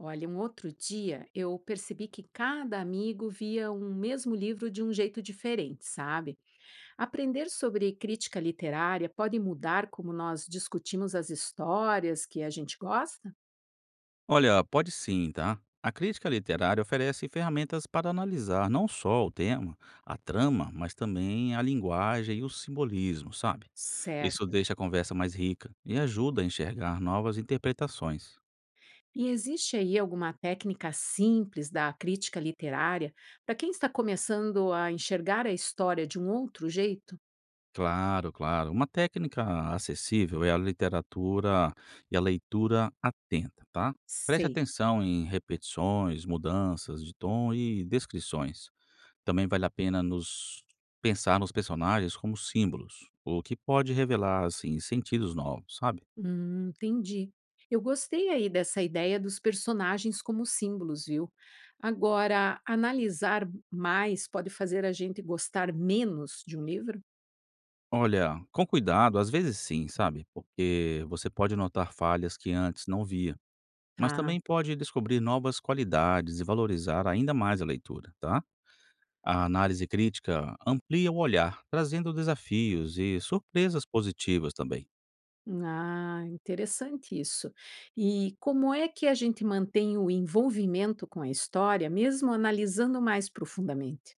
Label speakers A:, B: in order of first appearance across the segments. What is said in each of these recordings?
A: Olha, um outro dia eu percebi que cada amigo via um mesmo livro de um jeito diferente, sabe? Aprender sobre crítica literária pode mudar como nós discutimos as histórias que a gente gosta?
B: Olha, pode sim, tá? A crítica literária oferece ferramentas para analisar não só o tema, a trama, mas também a linguagem e o simbolismo, sabe? Isso
A: Certo.
B: deixa a conversa mais rica e ajuda a enxergar novas interpretações.
A: E existe aí alguma técnica simples da crítica literária para quem está começando a enxergar a história de um outro jeito?
B: Claro. Uma técnica acessível é a literatura e a leitura atenta, tá? Preste
A: Sei.
B: atenção em repetições, mudanças de tom e descrições. Também vale a pena nos pensar nos personagens como símbolos, o que pode revelar assim sentidos novos, sabe?
A: Entendi. Eu gostei aí dessa ideia dos personagens como símbolos, viu? Agora, analisar mais pode fazer a gente gostar menos de um livro?
B: Olha, com cuidado, às vezes sim, sabe? Porque você pode notar falhas que antes não via, mas
A: Tá.
B: também pode descobrir novas qualidades e valorizar ainda mais a leitura, tá? A análise crítica amplia o olhar, trazendo desafios e surpresas positivas também.
A: Ah, interessante isso. E como é que a gente mantém o envolvimento com a história, mesmo analisando mais profundamente?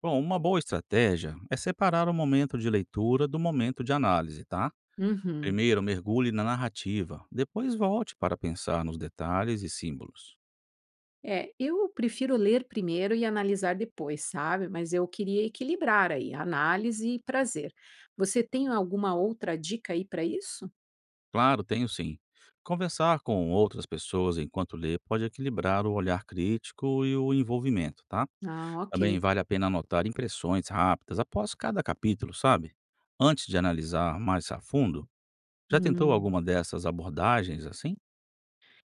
B: Bom, uma boa estratégia é separar o momento de leitura do momento de análise, tá?
A: Uhum.
B: Primeiro mergulhe na narrativa, depois volte para pensar nos detalhes e símbolos.
A: É, eu prefiro ler primeiro e analisar depois, sabe? Mas eu queria equilibrar aí, análise e prazer. Você tem alguma outra dica aí para isso?
B: Claro, tenho sim. Conversar com outras pessoas enquanto lê pode equilibrar o olhar crítico e o envolvimento, tá?
A: Ah,
B: Também
A: ok.
B: vale a pena anotar impressões rápidas após cada capítulo, sabe? Antes de analisar mais a fundo, já tentou
A: Hum.
B: alguma dessas abordagens assim?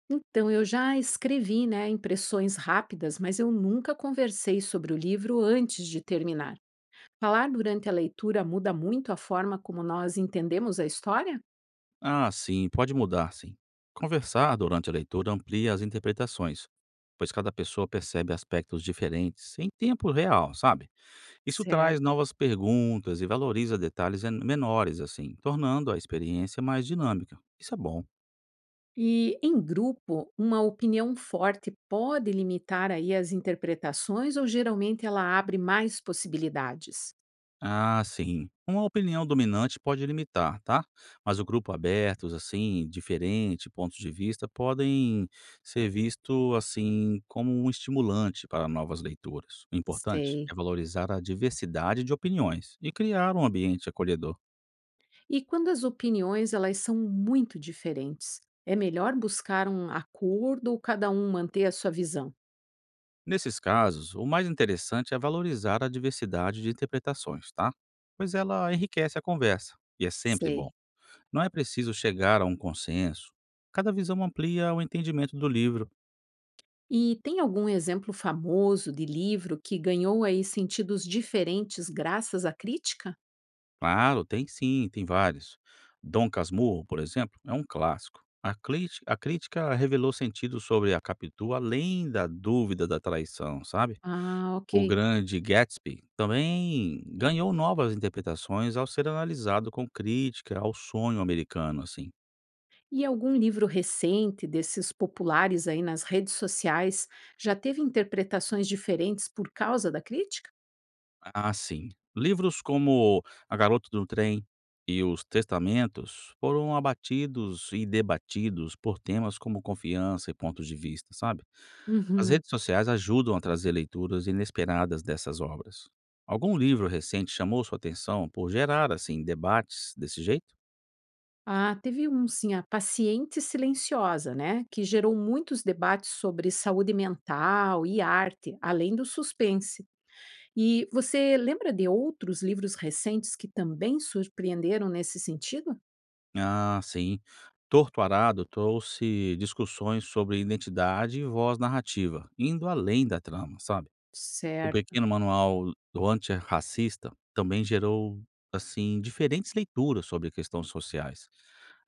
A: Então, eu já escrevi, né, impressões rápidas, mas eu nunca conversei sobre o livro antes de terminar. Falar durante a leitura muda muito a forma como nós entendemos a história?
B: Ah, sim, pode mudar, sim. Conversar durante a leitura amplia as interpretações, pois cada pessoa percebe aspectos diferentes em tempo real, sabe? Isso traz
A: Certo.
B: novas perguntas e valoriza detalhes menores, assim, tornando a experiência mais dinâmica. Isso é bom.
A: E em grupo, uma opinião forte pode limitar aí as interpretações ou geralmente ela abre mais possibilidades?
B: Ah, sim. Uma opinião dominante pode limitar, tá? Mas o grupo abertos, assim, diferente, pontos de vista, podem ser visto assim como um estimulante para novas leituras. O importante
A: Sei.
B: é valorizar a diversidade de opiniões e criar um ambiente acolhedor.
A: E quando as opiniões elas são muito diferentes, é melhor buscar um acordo ou cada um manter a sua visão?
B: Nesses casos, o mais interessante é valorizar a diversidade de interpretações, tá? Pois ela enriquece a conversa e é sempre bom.
A: Sei.
B: Não é preciso chegar a um consenso. Cada visão amplia o entendimento do livro.
A: E tem algum exemplo famoso de livro que ganhou aí sentidos diferentes graças à crítica?
B: Claro, tem sim, tem vários. Dom Casmurro, por exemplo, é um clássico. A crítica revelou sentido sobre a Capitu além da dúvida da traição, sabe?
A: Ah, ok.
B: O grande Gatsby também ganhou novas interpretações ao ser analisado com crítica ao sonho americano, assim.
A: E algum livro recente desses populares aí nas redes sociais já teve interpretações diferentes por causa da crítica?
B: Ah, sim. Livros como A Garota do Trem e Os Testamentos foram abatidos e debatidos por temas como confiança e pontos de vista, sabe? As
A: Uhum.
B: redes sociais ajudam a trazer leituras inesperadas dessas obras. Algum livro recente chamou sua atenção por gerar, assim, debates desse jeito?
A: Ah, teve um sim, a Paciente Silenciosa, né? Que gerou muitos debates sobre saúde mental e arte, além do suspense. E você lembra de outros livros recentes que também surpreenderam nesse sentido?
B: Ah, sim. Torto Arado trouxe discussões sobre identidade e voz narrativa, indo além da trama, sabe? O
A: Certo.
B: pequeno manual do antirracista também gerou, assim, diferentes leituras sobre questões sociais.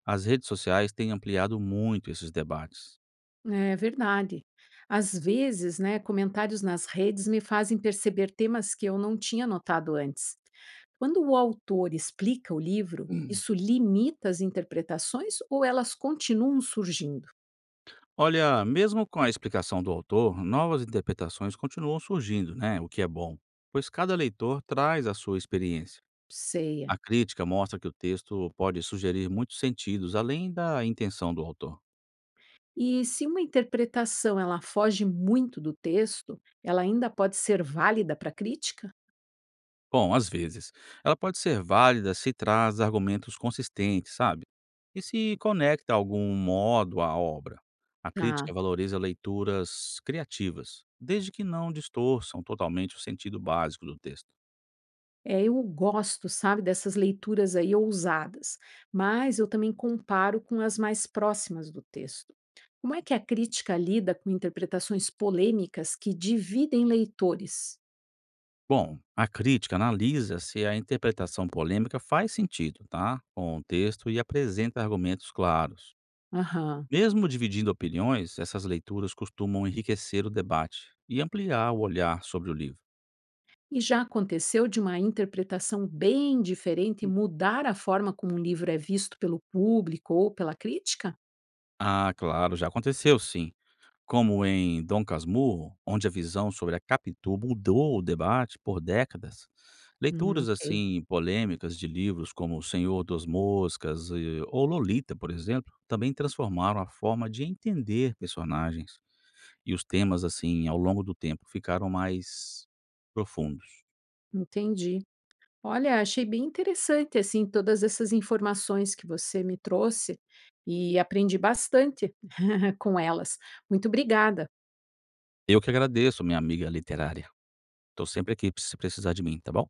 B: As redes sociais têm ampliado muito esses debates.
A: É verdade. Às vezes, né, comentários nas redes me fazem perceber temas que eu não tinha notado antes. Quando o autor explica o livro, isso limita as interpretações ou elas continuam surgindo?
B: Olha, mesmo com a explicação do autor, novas interpretações continuam surgindo, né? O que é bom, pois cada leitor traz a sua experiência.
A: Ceia.
B: A crítica mostra que o texto pode sugerir muitos sentidos além da intenção do autor.
A: E se uma interpretação ela foge muito do texto, ela ainda pode ser válida para crítica?
B: Bom, às vezes, ela pode ser válida se traz argumentos consistentes, sabe? E se conecta a algum modo à obra. A crítica valoriza leituras criativas, desde que não distorçam totalmente o sentido básico do texto.
A: É, eu gosto, sabe, dessas leituras aí ousadas, mas eu também comparo com as mais próximas do texto. Como é que a crítica lida com interpretações polêmicas que dividem leitores?
B: Bom, a crítica analisa se a interpretação polêmica faz sentido, tá? Com o texto e apresenta argumentos claros.
A: Aham.
B: Mesmo dividindo opiniões, essas leituras costumam enriquecer o debate e ampliar o olhar sobre o livro.
A: E já aconteceu de uma interpretação bem diferente mudar a forma como um livro é visto pelo público ou pela crítica?
B: Ah, claro, já aconteceu sim, como em Dom Casmurro, onde a visão sobre a Capitu mudou o debate por décadas. Leituras
A: Ok,
B: assim polêmicas de livros como O Senhor dos Moscas ou Lolita, por exemplo, também transformaram a forma de entender personagens e os temas assim ao longo do tempo ficaram mais profundos.
A: entendi. Olha, achei bem interessante assim todas essas informações que você me trouxe e aprendi bastante. com elas. Muito obrigada.
B: Eu que agradeço, minha amiga literária. Estou sempre aqui se precisar de mim, tá bom?